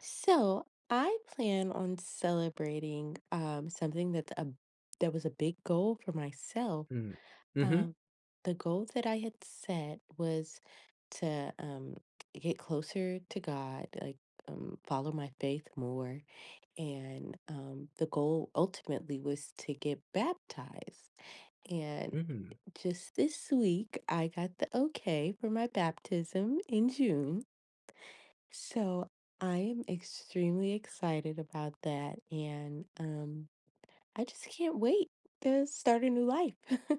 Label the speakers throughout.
Speaker 1: So I plan on celebrating something that was a big goal for myself.
Speaker 2: Mm.
Speaker 1: Um,
Speaker 2: Mhm,
Speaker 1: the goal that I had set was to get closer to God, like follow my faith more, and the goal ultimately was to get baptized. And
Speaker 2: mhm.
Speaker 1: just this week, I got the okay for my baptism in June. So I am extremely excited about that. And I just can't wait to start a new life.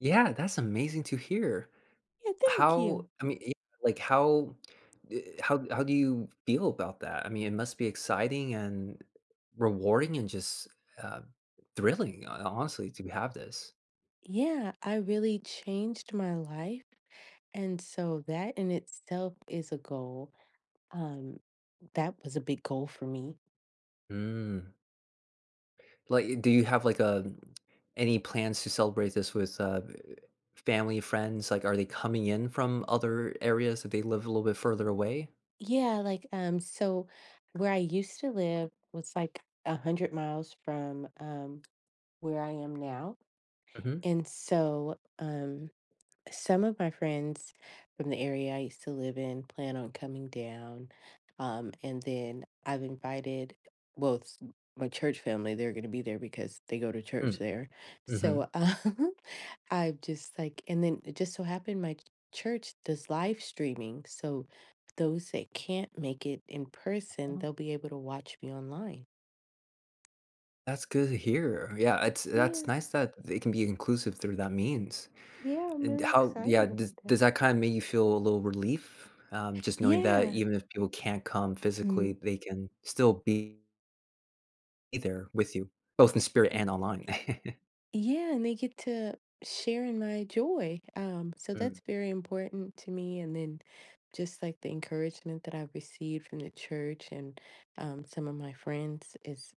Speaker 2: Yeah, that's amazing to hear.
Speaker 1: Yeah, thank you.
Speaker 2: How I mean, yeah, like, how eh, how do you feel about that? I mean, it must be exciting and rewarding and just, uh, thrilling, ho honestly, to have this.
Speaker 1: Yeah, I really changed my life. And so that in itself is a goal. Um, that was a big goal for me.
Speaker 2: Mm. Like, do you have, like, a any plans to celebrate this with, family, friends? Like, are they coming in from other areas that they live a little bit further away?
Speaker 1: Yeah, like so where I used to live was like 100 miles from where I am now.
Speaker 2: Mhm.
Speaker 1: And so some of my friends from the area I used to live in plan on coming down. And then I've invited both my church family, they're going to be there because they go to church
Speaker 2: Mm,
Speaker 1: there. So
Speaker 2: mhm.
Speaker 1: I've just like, and then it just so happened church does live streaming. So those that can't make it in person, they'll be able to watch me online.
Speaker 2: That's good to hear. Yeah, it's that's
Speaker 1: Yeah.
Speaker 2: nice that it can be inclusive through that means.
Speaker 1: Yeah, yeah, I'm
Speaker 2: And
Speaker 1: really
Speaker 2: how
Speaker 1: excited
Speaker 2: yeah, does
Speaker 1: about that.
Speaker 2: does that kind of make you feel a little relief? Just knowing that
Speaker 1: Yeah.
Speaker 2: even if people can't come physically,
Speaker 1: Mm.
Speaker 2: they can still be there with you, both in spirit and online.
Speaker 1: Yeah, and they get to share in my joy. So
Speaker 2: Mm.
Speaker 1: that's very important to me. And then just like the encouragement that I've received from the church and some of my friends is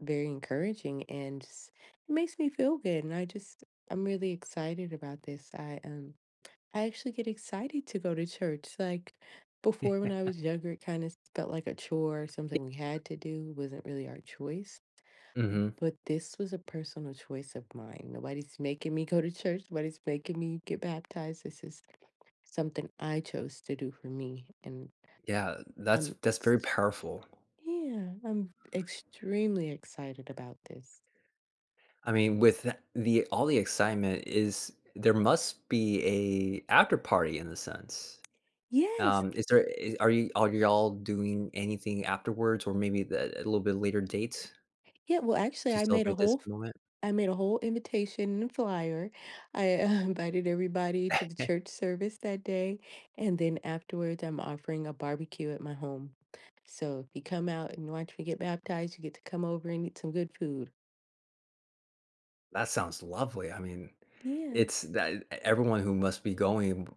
Speaker 1: very encouraging and just, it makes me feel good. I'm really excited about this. I actually get excited to go to church. Like before, when I was younger, it kind of felt like a chore, something we had to do, wasn't really our choice.
Speaker 2: Mhm.
Speaker 1: But this was a personal choice of mine. Nobody's making me go to church. Nobody's making me get baptized. This is something I chose to do for me. And
Speaker 2: Yeah, that's
Speaker 1: I'm,
Speaker 2: that's very
Speaker 1: ex-
Speaker 2: powerful.
Speaker 1: yeah, I'm extremely excited about this.
Speaker 2: I mean, with th- the all the excitement is there must be a after party in the sense.
Speaker 1: Yes.
Speaker 2: Is there is, are you are y'all doing anything afterwards, or maybe the a little bit later date
Speaker 1: Yeah. Well, actually,
Speaker 2: to celebrate this moment?
Speaker 1: I made a whole invitation and flyer. I invited everybody to the church service that day. And then afterwards, I'm offering a barbecue at my home. So if you come out and watch me get baptized, you get to come over and eat some good food.
Speaker 2: That sounds lovely. I mean,
Speaker 1: Yeah.
Speaker 2: it's that e everyone who must be going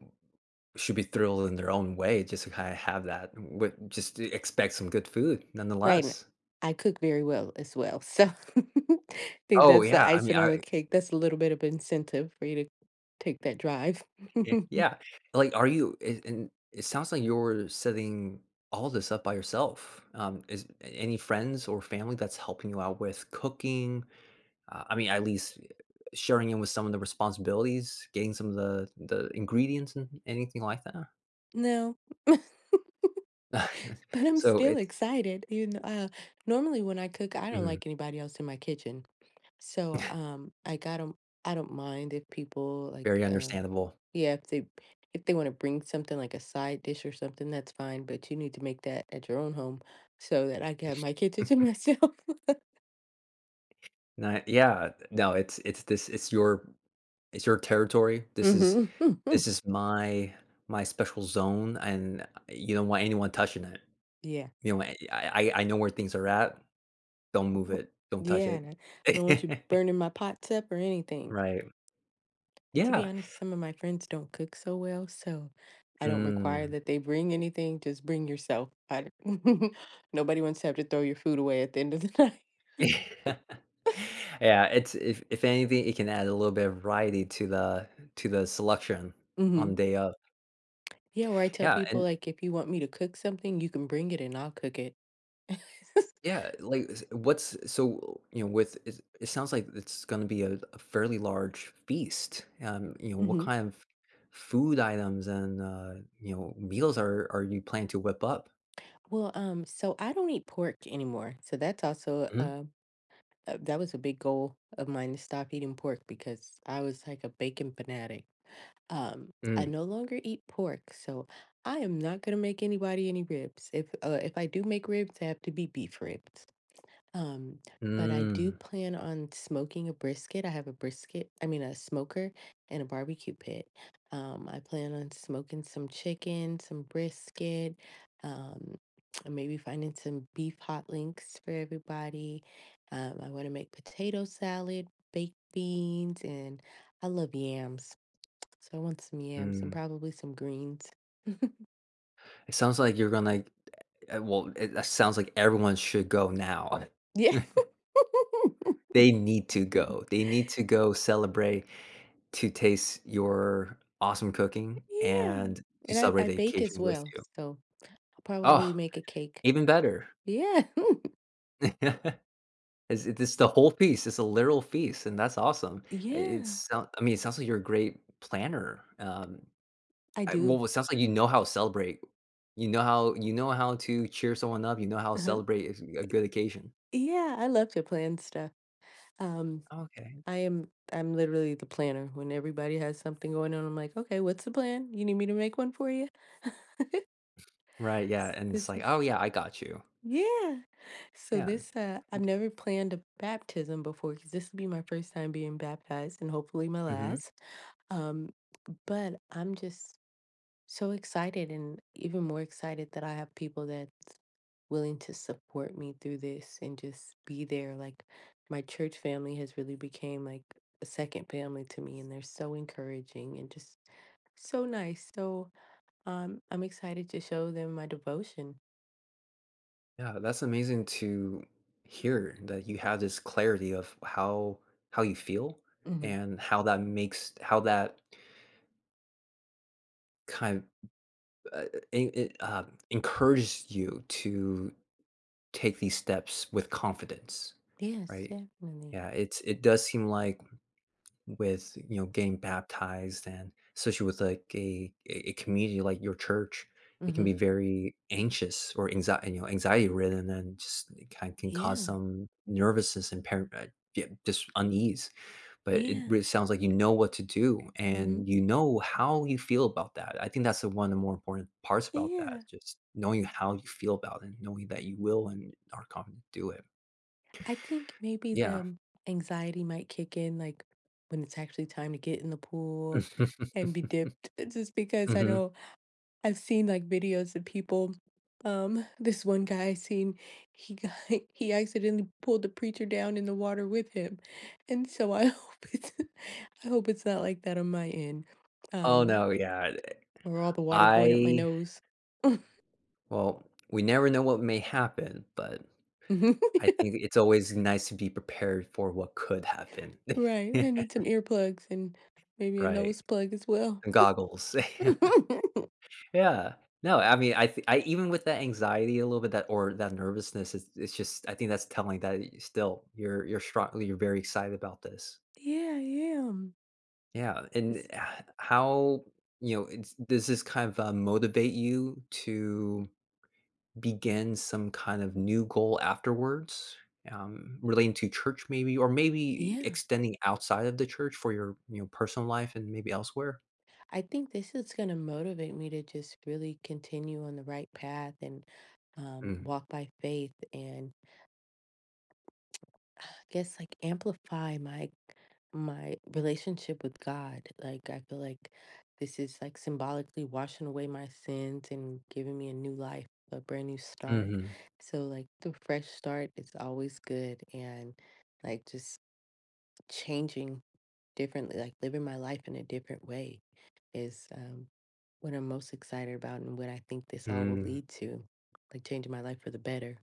Speaker 2: should be thrilled in their own way, just to kinda have that, with just to expect some good food
Speaker 1: Right. And
Speaker 2: nonetheless.
Speaker 1: I cook very well as well. So I think
Speaker 2: Oh,
Speaker 1: that's the
Speaker 2: yeah. I mean,
Speaker 1: icing on the
Speaker 2: I
Speaker 1: cake. That's a little bit of incentive for you to take that drive.
Speaker 2: yeah, yeah. Like, are you and it sounds like you're setting all this up by yourself. Any friends or family that's helping you out with cooking? I mean, at least sharing in with some of the responsibilities, getting some of the ingredients and anything like that.
Speaker 1: No. But I'm
Speaker 2: So
Speaker 1: still
Speaker 2: it's,
Speaker 1: excited. You know, normally when I cook, I don't
Speaker 2: mhm,
Speaker 1: like anybody else in my kitchen. So I don't mind if people like,
Speaker 2: very understandable.
Speaker 1: yeah, if they want to bring something like a side dish or something, that's fine. But you need to make that at your own home so that I can have my kitchen to myself.
Speaker 2: No, yeah, no, it's your territory. This is
Speaker 1: Hmm.
Speaker 2: this is my special zone, and you don't want anyone touching it.
Speaker 1: Yeah,
Speaker 2: I know where things are at. Don't move it. Don't touch
Speaker 1: yeah.
Speaker 2: it.
Speaker 1: And I don't want you burning my pots up or anything.
Speaker 2: Right.
Speaker 1: And to be
Speaker 2: Yeah.
Speaker 1: honest, some of my friends don't cook so well, so I don't require
Speaker 2: Mm.
Speaker 1: that they bring anything. Just bring yourself. I don't- Nobody wants to have to throw your food away at the end of the night.
Speaker 2: Yeah, it's if anything, it can add a little bit of variety to the selection on
Speaker 1: Hmm.
Speaker 2: day of.
Speaker 1: Yeah, or I tell
Speaker 2: Yeah,
Speaker 1: people
Speaker 2: and
Speaker 1: like, if you want me to cook something, you can bring it and I'll cook it.
Speaker 2: yeah, like s- what's so you know with it, it sounds like it's going to be a fairly large feast. What
Speaker 1: Hmm.
Speaker 2: kind of food items and meals are you planning to whip up?
Speaker 1: Well, so I don't eat pork anymore. So that's also
Speaker 2: Mhm.
Speaker 1: that was a big goal of mine to stop eating pork because I was like a bacon fanatic. Um, I
Speaker 2: Mm,
Speaker 1: no longer eat pork, so I am not gonna make anybody any ribs. If I do make ribs, they have to be beef ribs. Um, but I do
Speaker 2: mm,
Speaker 1: plan on smoking a brisket. I mean a smoker and a barbecue pit. I plan on smoking some chicken, some brisket, um, and maybe finding some beef hot links for everybody. I want to make potato salad, baked beans, and I love yams. So I want some yams and
Speaker 2: mm.
Speaker 1: probably some greens.
Speaker 2: It sounds like you're gonna. Well, that sounds like everyone should go now.
Speaker 1: Yeah.
Speaker 2: They need to go. They need to go celebrate, to taste your awesome cooking
Speaker 1: Yeah.
Speaker 2: and to
Speaker 1: And I
Speaker 2: celebrate
Speaker 1: I
Speaker 2: the
Speaker 1: bake as
Speaker 2: occasion with
Speaker 1: well,
Speaker 2: you.
Speaker 1: so I'll probably
Speaker 2: Oh,
Speaker 1: make a cake.
Speaker 2: even better.
Speaker 1: Yeah.
Speaker 2: It's the whole feast. It's a literal feast, and that's awesome.
Speaker 1: Yeah,
Speaker 2: I mean, it sounds like you're a great planner.
Speaker 1: I
Speaker 2: I
Speaker 1: do.
Speaker 2: well, it sounds like you know how to celebrate. You know how to cheer someone up. You know how to
Speaker 1: Uh-huh.
Speaker 2: celebrate a good occasion.
Speaker 1: Yeah, I love to plan stuff. Um,
Speaker 2: Okay.
Speaker 1: I'm literally the planner. When everybody has something going on, I'm like, "Okay, what's the plan? You need me to make one for you?"
Speaker 2: Right, yeah,
Speaker 1: So
Speaker 2: and it's
Speaker 1: this
Speaker 2: like,
Speaker 1: is
Speaker 2: "Oh, yeah, I got you."
Speaker 1: Yeah. So
Speaker 2: Yeah,
Speaker 1: this, I've never planned a baptism before because this will be my first time being baptized and hopefully my
Speaker 2: mhm.
Speaker 1: last. Um, but I'm just so excited and even more excited that I have people that's willing to support me through this and just be there. Like my church family has really became like a second family to me and they're so encouraging and just so nice. So I'm excited to show them my devotion.
Speaker 2: Yeah, that's amazing to hear that you have this clarity of how you feel,
Speaker 1: Hmm.
Speaker 2: and how that kind of uh, en- en- uh, encourages you to take these steps with confidence,
Speaker 1: Yes,
Speaker 2: right?
Speaker 1: definitely.
Speaker 2: Yeah, it does seem like, with getting baptized and especially with like a community like your church, it can
Speaker 1: Mhm.
Speaker 2: be very anxious, or anxiety, anxiety ridden, and just it kind of can cause
Speaker 1: Yeah.
Speaker 2: some nervousness and yeah, just unease. But it
Speaker 1: Yeah.
Speaker 2: really sounds like you know what to do,
Speaker 1: Mhm.
Speaker 2: and you know how you feel about that. I think that's the one of the more important parts about that,
Speaker 1: Yeah.
Speaker 2: just knowing how you feel about it and knowing that you will and are confident to do it.
Speaker 1: I think maybe
Speaker 2: Yeah.
Speaker 1: the anxiety might kick in like when it's actually time to get in the pool and be dipped. It's just because I
Speaker 2: Hmm.
Speaker 1: know I've seen like videos of people. This one guy I seen, he got he accidentally pulled the preacher down in the water with him. And so I hope it's I hope it's not like that on my end.
Speaker 2: Oh
Speaker 1: Um,
Speaker 2: no, yeah.
Speaker 1: or all the water going up my
Speaker 2: I
Speaker 1: nose.
Speaker 2: Well, we never know what may happen, but I think it's always nice to be prepared for what could happen.
Speaker 1: Right, I need some earplugs and maybe a
Speaker 2: Right.
Speaker 1: nose plug as well.
Speaker 2: And goggles. Yeah. No, I mean, I, even with that anxiety a little bit, that or that nervousness, it's just, I think that's telling that, y still, you're strong. You're very excited about this.
Speaker 1: Yeah, yeah.
Speaker 2: Yeah, and h
Speaker 1: It's
Speaker 2: how, you know, it's does this kind of, motivate you to begin some kind of new goal afterwards, relating to church maybe, or maybe
Speaker 1: yeah.
Speaker 2: extending outside of the church for your, personal life and maybe elsewhere?
Speaker 1: I think this is gonna motivate me to just really continue on the right path and
Speaker 2: Mm.
Speaker 1: walk by faith and guess like amplify my relationship with God. Like I feel like this is like symbolically washing away my sins and giving me a new life, a brand new start.
Speaker 2: Mhm.
Speaker 1: So like the fresh start is always good and like just changing differently, like living my life in a different way is what I'm most excited about and what I think this all will
Speaker 2: Mm.
Speaker 1: lead to. Like changing my life for the better.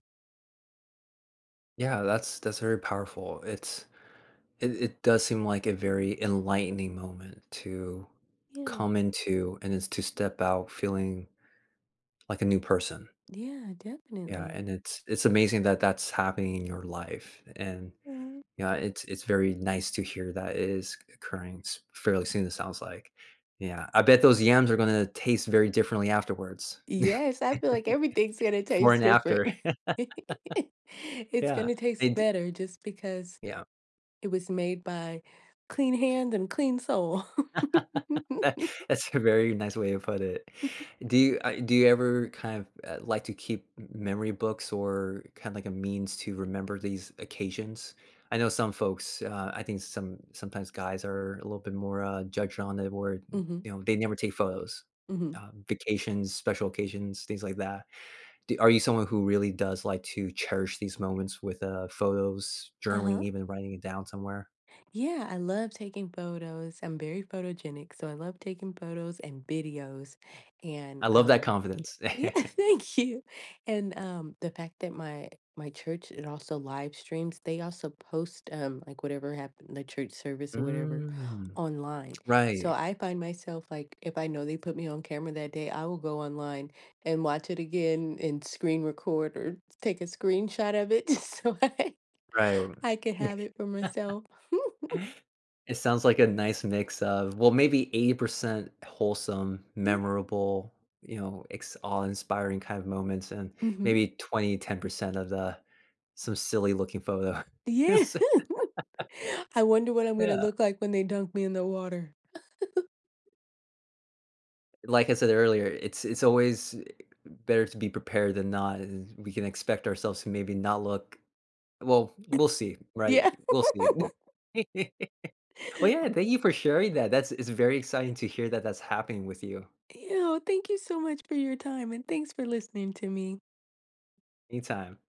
Speaker 2: Yeah, that's very powerful. It does seem like a very enlightening moment to
Speaker 1: Yeah.
Speaker 2: come into, and it's to step out feeling like a new person.
Speaker 1: Yeah,
Speaker 2: Yeah,
Speaker 1: definitely.
Speaker 2: and it's amazing that that's happening in your life. And
Speaker 1: Yeah.
Speaker 2: yeah, it's very nice to hear that it is occurring, s fairly soon, it sounds like. Yeah, I bet those yams are gonna taste very differently afterwards.
Speaker 1: Yes, I feel like everything's gonna
Speaker 2: Before
Speaker 1: taste
Speaker 2: and
Speaker 1: different.
Speaker 2: after.
Speaker 1: It's
Speaker 2: Yeah,
Speaker 1: gonna taste
Speaker 2: and
Speaker 1: better just because
Speaker 2: yeah.
Speaker 1: it was made by clean hand and clean soul.
Speaker 2: That- That's a very nice way to put it. Do you ever kind of like to keep memory books or kind of like a means to remember these occasions? I know some folks. I think sometimes guys are a little bit more judged on it, where,
Speaker 1: Hmm.
Speaker 2: they never take photos,
Speaker 1: Hmm.
Speaker 2: vacations, special occasions, things like that. Are you someone who really does like to cherish these moments with photos, journaling,
Speaker 1: Uh-huh.
Speaker 2: even writing it down somewhere?
Speaker 1: Yeah, I love taking photos. I'm very photogenic, so I love taking photos and videos. And
Speaker 2: I love that confidence.
Speaker 1: Yeah, thank you. And the fact that my church it also live streams, they also post like whatever happened the church service or whatever
Speaker 2: Mm,
Speaker 1: online. So
Speaker 2: right,
Speaker 1: I find myself like if I know they put me on camera that day, I will go online and watch it again and screen record or take a screenshot of it just so
Speaker 2: right.
Speaker 1: I could have it for myself.
Speaker 2: It sounds like a nice mix of, well, maybe 80% wholesome,
Speaker 1: Yeah.
Speaker 2: memorable, ex awe-inspiring kind of moments, and
Speaker 1: Hmm.
Speaker 2: maybe twenty 10% of the some silly looking photo.
Speaker 1: Yeah.
Speaker 2: It's
Speaker 1: I wonder what I'm gonna
Speaker 2: yeah.
Speaker 1: look like when they dunk me in the water.
Speaker 2: Like I said earlier, it's always, better to be prepared than not, and we can expect ourselves to maybe not look, well, we'll see, right?
Speaker 1: Yeah.
Speaker 2: We'll see. Well, yeah, thank you for sharing that. That's it's very exciting to hear that that's happening with you.
Speaker 1: You know, thank you so much for your time and thanks for listening to me.
Speaker 2: Anytime.